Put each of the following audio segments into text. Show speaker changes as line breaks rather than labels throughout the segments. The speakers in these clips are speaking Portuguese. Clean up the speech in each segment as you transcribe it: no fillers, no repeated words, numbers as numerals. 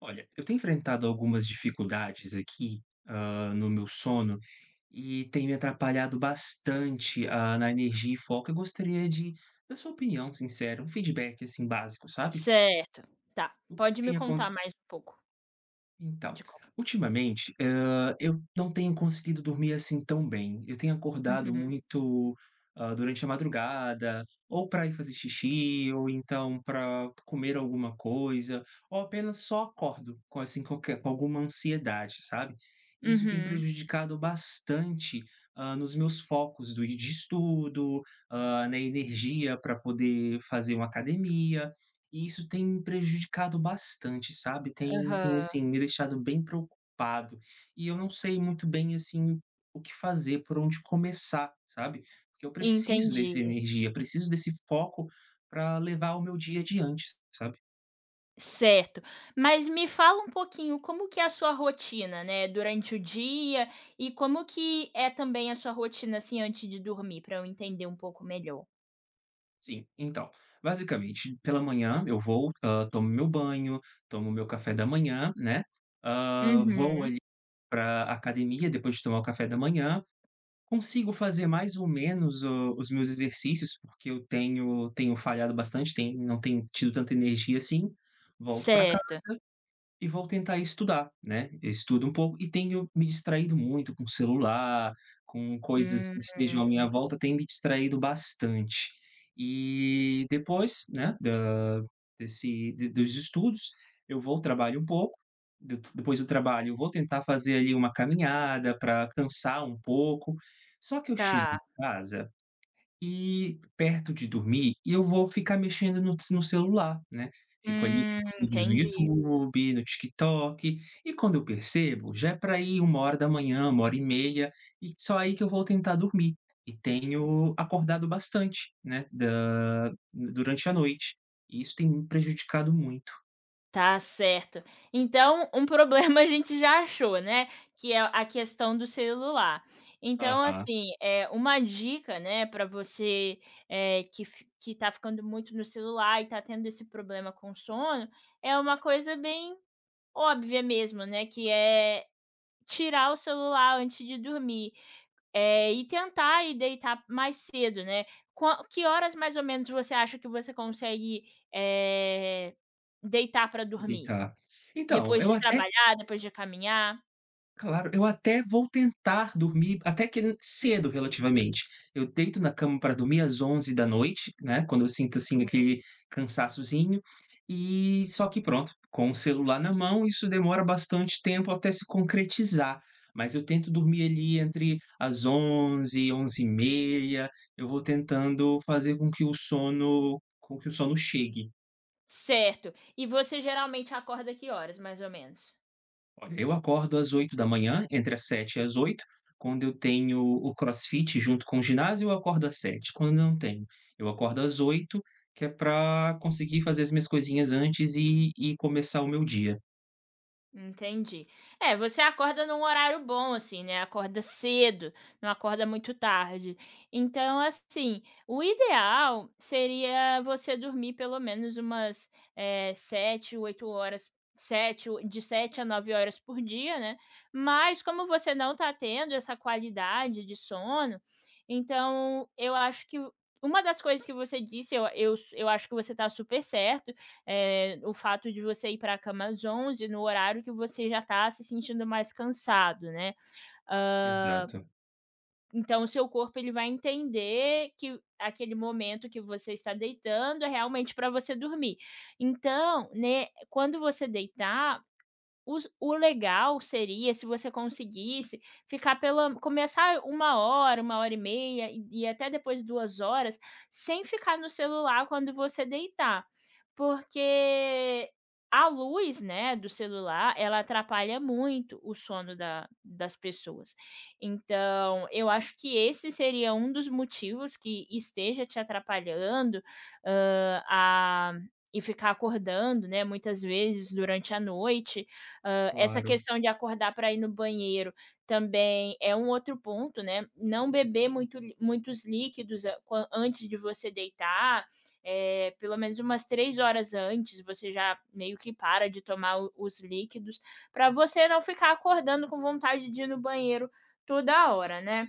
Olha, eu tenho enfrentado algumas dificuldades aqui, no meu sono e tem me atrapalhado bastante, na energia e foco. Eu gostaria de da sua opinião sincera, um feedback, assim, básico, sabe?
Certo, tá.
O que
Pode me
tem acon
contar mais um pouco
então,
de como.
ultimamente, eu não tenho conseguido dormir, assim, tão bem. Eu tenho acordado
Uhum,
muito, durante a madrugada, ou para ir fazer xixi, ou então para comer alguma coisa, ou apenas só acordo com, assim, qualquer com alguma ansiedade, sabe. E isso tem
uhum,
prejudicado bastante, nos meus focos do de estudo, na energia para poder fazer uma academia, e isso tem me prejudicado bastante, sabe, tem,
aham,
assim, me deixado bem preocupado, e eu não sei muito bem, assim, o que fazer, por onde começar, sabe, porque eu preciso dessa
entendi.
energia, preciso desse foco para levar o meu dia adiante, sabe.
Certo. Mas me fala um pouquinho como que é a sua rotina, né, durante o dia e como que é também a sua rotina, assim, antes de dormir, para eu entender um pouco melhor.
Sim, então, basicamente, pela manhã eu vou, tomo meu banho, tomo meu café da manhã, né, vou ali
Uhum,
para academia depois de tomar o café da manhã, consigo fazer mais ou menos o os meus exercícios, porque eu tenho falhado bastante, tenho não tenho tido tanta energia assim. Volto pra
certo.
E vou tentar estudar, né, eu estudo um pouco e tenho me distraído muito com o celular, com coisas
Hum,
que estejam à minha volta, tem me distraído bastante. E depois, né, da desse de dos estudos, eu vou, trabalho um pouco, de depois do trabalho eu vou tentar fazer ali uma caminhada para cansar um pouco, só que eu chego
tá.
em casa e perto de dormir, eu vou ficar mexendo no celular, né. Fico ali vendo vídeos no
Entendi.
YouTube, no TikTok, e quando eu percebo, já é para ir uma hora da manhã, uma hora e meia e só aí que eu vou tentar dormir. E tenho acordado bastante, né, da durante a noite, e isso tem me prejudicado muito.
Tá certo. Então, um problema a gente já achou, né, que é a questão do celular. Então,
Aham,
assim, é uma dica, né, para você, que tá ficando muito no celular e tá tendo esse problema com sono, é uma coisa bem óbvia mesmo, né, que é tirar o celular antes de dormir. E tentar ir deitar mais cedo, né. Qua que horas mais ou menos você acha que você consegue, eh, deitar para
me
dormir?
deitar. Então,
Depois
eu
de
até
trabalhar, depois de caminhar?
Claro, eu até vou tentar dormir até que cedo relativamente. Eu deito na cama para dormir às onze da noite, né, quando eu sinto, assim,
Uhum.
aquele cansaçozinho, e só que pronto, com o celular na mão, isso demora bastante tempo até se concretizar, mas eu tento dormir ali entre as onze, onze e meia. Eu vou tentando fazer com que o sono chegue.
Certo. E você geralmente acorda que horas mais ou menos?
Olha, eu acordo às oito da manhã, entre as sete e as oito, quando eu tenho o crossfit junto com o ginásio, eu acordo às sete. Quando não tenho, eu acordo às oito, que é para conseguir fazer as minhas coisinhas antes e começar o meu dia.
Entendi. É, você acorda num horário bom, assim, né, acorda cedo, não acorda muito tarde. Então, assim, o ideal seria você dormir pelo menos umas, 7, 8 horas, 7, o de 7 a 9 horas por dia, né, mas como você não está tendo essa qualidade de sono, então eu acho que uma das coisas que você disse eu acho que você está super certo, o fato de você ir para a cama às onze no horário que você já está se sentindo mais cansado, né. Hã,
Exato,
então o seu corpo ele vai entender que aquele momento que você está deitando é realmente para você dormir. Então, né, quando você deitar, os o legal seria se você conseguisse ficar pela começar uma hora e meia e até depois 2 horas, sem ficar no celular quando você deitar, porque a luz, né, do celular, ela atrapalha muito o sono da das pessoas. Então, eu acho que esse seria um dos motivos que esteja te atrapalhando, hã, a e ficar acordando, né, muitas vezes durante a noite. Essa
claro.
questão de acordar para ir no banheiro também é um outro ponto, né. Não beber muitos líquidos a quan antes de você deitar, pelo menos umas 3 horas antes, você já meio que para de tomar o os líquidos, para você não ficar acordando com vontade de ir no banheiro toda hora, né.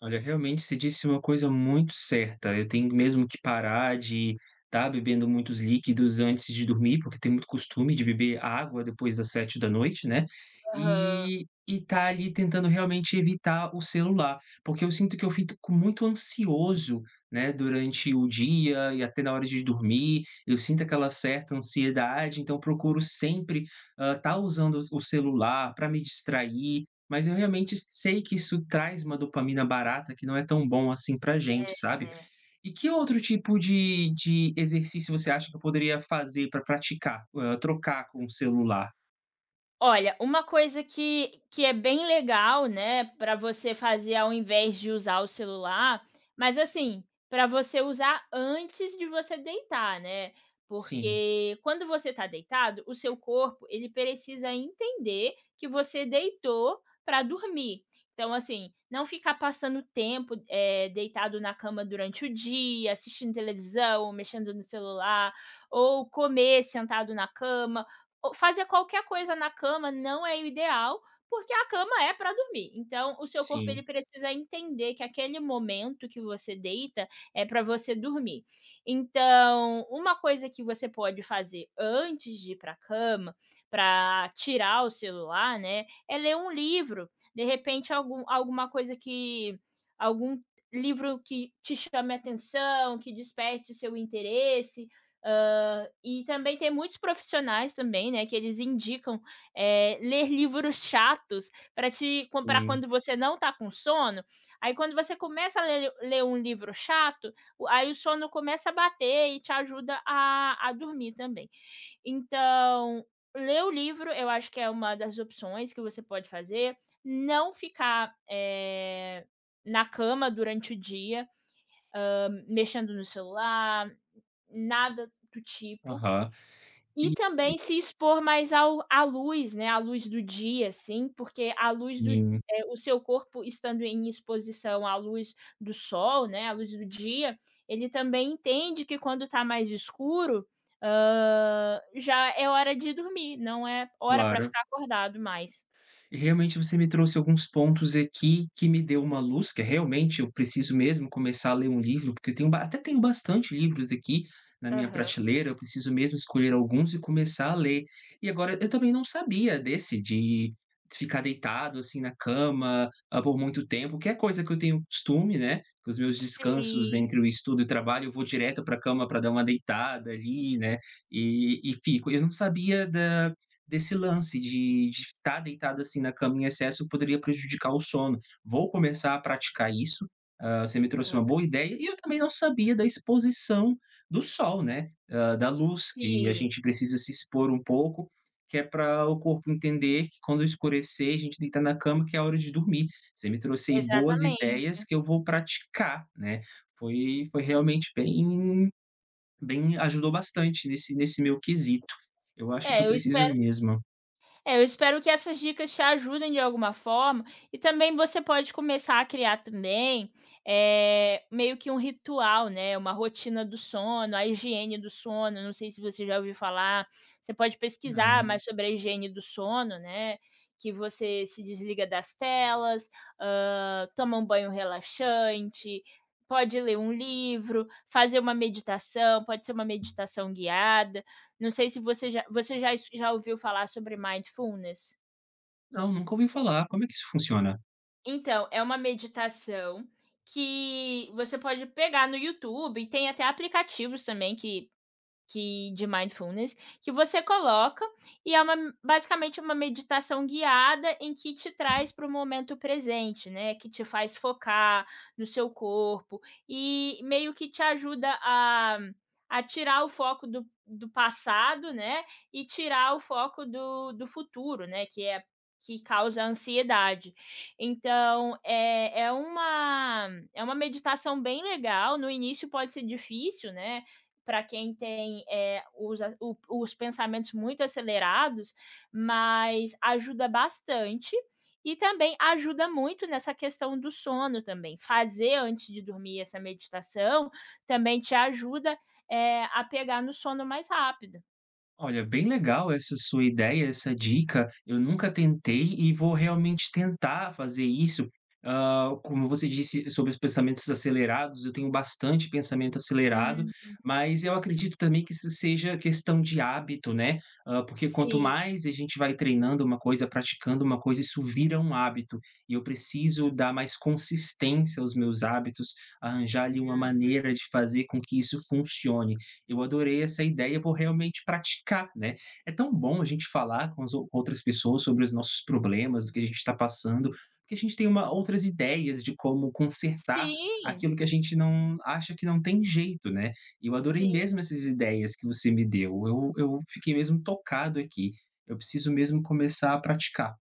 Olha, realmente você disse uma coisa muito certa. Eu tenho mesmo que parar de estar bebendo muitos líquidos antes de dormir, porque tenho muito costume de beber água depois das sete da noite, né. E tá ali tentando realmente evitar o celular, porque eu sinto que eu fico muito ansioso, né, durante o dia e até na hora de dormir, eu sinto aquela certa ansiedade, então eu procuro sempre estar usando o celular para me distrair, mas eu realmente sei que isso traz uma dopamina barata que não é tão bom assim pra gente, sabe. E que outro tipo de exercício você acha que eu poderia fazer pra praticar, trocar com o celular?
Olha, uma coisa que é bem legal, né, para você fazer ao invés de usar o celular, mas assim, para você usar antes de você deitar, né,
Sim,
porque quando você está deitado, o seu corpo, ele precisa entender que você deitou para dormir. Então, assim, não ficar passando tempo, deitado na cama durante o dia, assistindo televisão, mexendo no celular, ou comer sentado na cama. O fazer qualquer coisa na cama não é o ideal, porque a cama é para dormir. Então o seu corpo ele
sim,
precisa entender que aquele momento que você deita é para você dormir. Então, uma coisa que você pode fazer antes de ir para cama, para tirar o celular, né, é ler um livro. De repente algum livro que te chame a atenção, que desperte o seu interesse. E também tem muitos profissionais também, né, que eles indicam, ler livros chatos para te comprar
sim.
quando você não está com sono, aí quando você começa a ler um livro chato, o sono começa a bater e te ajuda a dormir também. Então, ler o livro eu acho que é uma das opções que você pode fazer, não ficar, na cama durante o dia, mexendo no celular, nada do tipo.
Aham.
E
E
também se expor mais ao à luz, né, à luz do dia, assim, porque a luz do
sim,
eh, o seu corpo estando em exposição à luz do sol, né, à luz do dia, ele também entende que quando está mais escuro, já é hora de dormir, não é hora para
claro.
ficar acordado mais.
E realmente você me trouxe alguns pontos aqui que me deu uma luz, que é realmente eu preciso mesmo começar a ler um livro, porque eu tenho ba até tenho bastante livros aqui na minha
Aham.
prateleira, eu preciso mesmo escolher alguns e começar a ler. E agora eu também não sabia desse de ficar deitado, assim, na cama, por muito tempo, que é coisa que eu tenho costume, né, que os meus descansos
Sim.
entre o estudo e o trabalho, eu vou direto para a cama para dar uma deitada ali, né, e fico. Eu não sabia da desse lance de estar deitado assim na cama em excesso poderia prejudicar o sono. Vou começar a praticar isso. Ah, você me trouxe uma boa ideia e eu também não sabia da exposição do sol, né? Ah, da luz, que a
Sim,
gente precisa se expor um pouco, que é para o corpo entender que quando escurecer, a gente deita na cama, que é a hora de dormir. Você me trouxe aí boas ideias
exatamente.
que eu vou praticar, né? Foi, foi realmente bem, bem, ajudou bastante nesse meu quesito. Eu acho que
É,
eu
eu
preciso
espero
mesmo.
É, eu espero que essas dicas te ajudem de alguma forma e também você pode começar a criar também, meio que um ritual, né, uma rotina do sono, a higiene do sono, não sei se você já ouviu falar, você pode pesquisar
Não,
mais sobre a higiene do sono, né, que você se desliga das telas, toma um banho relaxante, pode ler um livro, fazer uma meditação, pode ser uma meditação guiada. Não sei se você já você já es já ouviu falar sobre mindfulness?
não, nunca ouvi falar. Como é que isso funciona?
Então, é uma meditação que você pode pegar no YouTube, e tem até aplicativos também que de mindfulness, que você coloca e é uma basicamente uma meditação guiada em que te traz para o momento presente, né, que te faz focar no seu corpo e meio que te ajuda a tirar o foco do passado, né, e tirar o foco do futuro, né, que é que causa ansiedade. Então, é uma meditação bem legal, no início pode ser difícil, né, para quem tem os pensamentos muito acelerados, mas ajuda bastante. E também ajuda muito nessa questão do sono também. Fazer antes de dormir essa meditação também te ajuda, a pegar no sono mais rápido.
Olha, bem legal essa sua ideia, essa dica. Eu nunca tentei e vou realmente tentar fazer isso. Ah, como você disse sobre os pensamentos acelerados, eu tenho bastante pensamento acelerado,
Hum,
mas eu acredito também que isso seja questão de hábito, né? Ah, porque quanto
sim.
mais a gente vai treinando uma coisa, praticando uma coisa, isso vira um hábito. E eu preciso dar mais consistência aos meus hábitos, arranjar ali uma maneira de fazer com que isso funcione. Eu adorei essa ideia, vou realmente praticar, né. É tão bom a gente falar com as ou outras pessoas sobre os nossos problemas, do que a gente está passando, porque a gente tem uma outras ideias de como consertar
Sim,
aquilo que a gente não acha que não tem jeito, né. E eu adorei mesmo
sim.
essas ideias que você me deu, eu fiquei mesmo tocado aqui, eu preciso mesmo começar a praticar.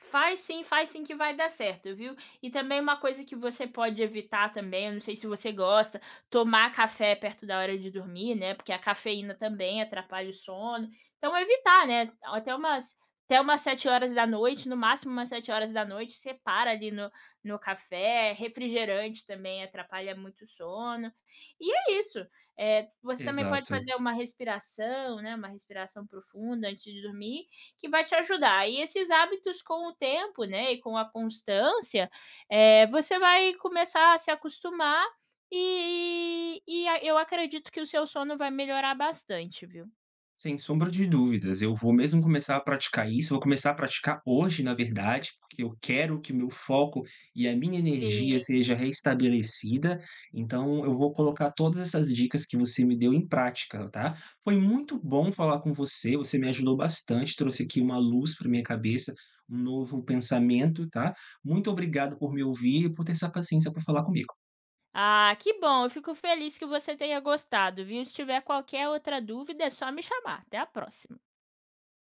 Faz sim, faz sim que vai dar certo, viu? E também uma coisa que você pode evitar também, eu não sei se você gosta, tomar café perto da hora de dormir, né? Porque a cafeína também atrapalha o sono. Então evitar, né? Até umas sete horas da noite, no máximo umas sete horas da noite, você para ali no café, refrigerante também atrapalha muito o sono. E é isso. Você também pode
Exato.
fazer uma respiração, né, uma respiração profunda antes de dormir que vai te ajudar. E esses hábitos com o tempo, né, e com a constância, você vai começar a se acostumar e a eu acredito que o seu sono vai melhorar bastante, viu.
Sem sombra de dúvidas, eu vou mesmo começar a praticar isso, vou começar a praticar hoje, na verdade, porque eu quero que o meu foco e a minha energia
Sim.
seja restabelecida. Então eu vou colocar todas essas dicas que você me deu em prática, tá? Foi muito bom falar com você, você me ajudou bastante, trouxe aqui uma luz para minha cabeça, um novo pensamento, tá? Muito obrigado por me ouvir e por ter essa paciência para falar comigo.
Ah, que bom, eu fico feliz que você tenha gostado, viu. Se tiver qualquer outra dúvida, é só me chamar. Até a próxima.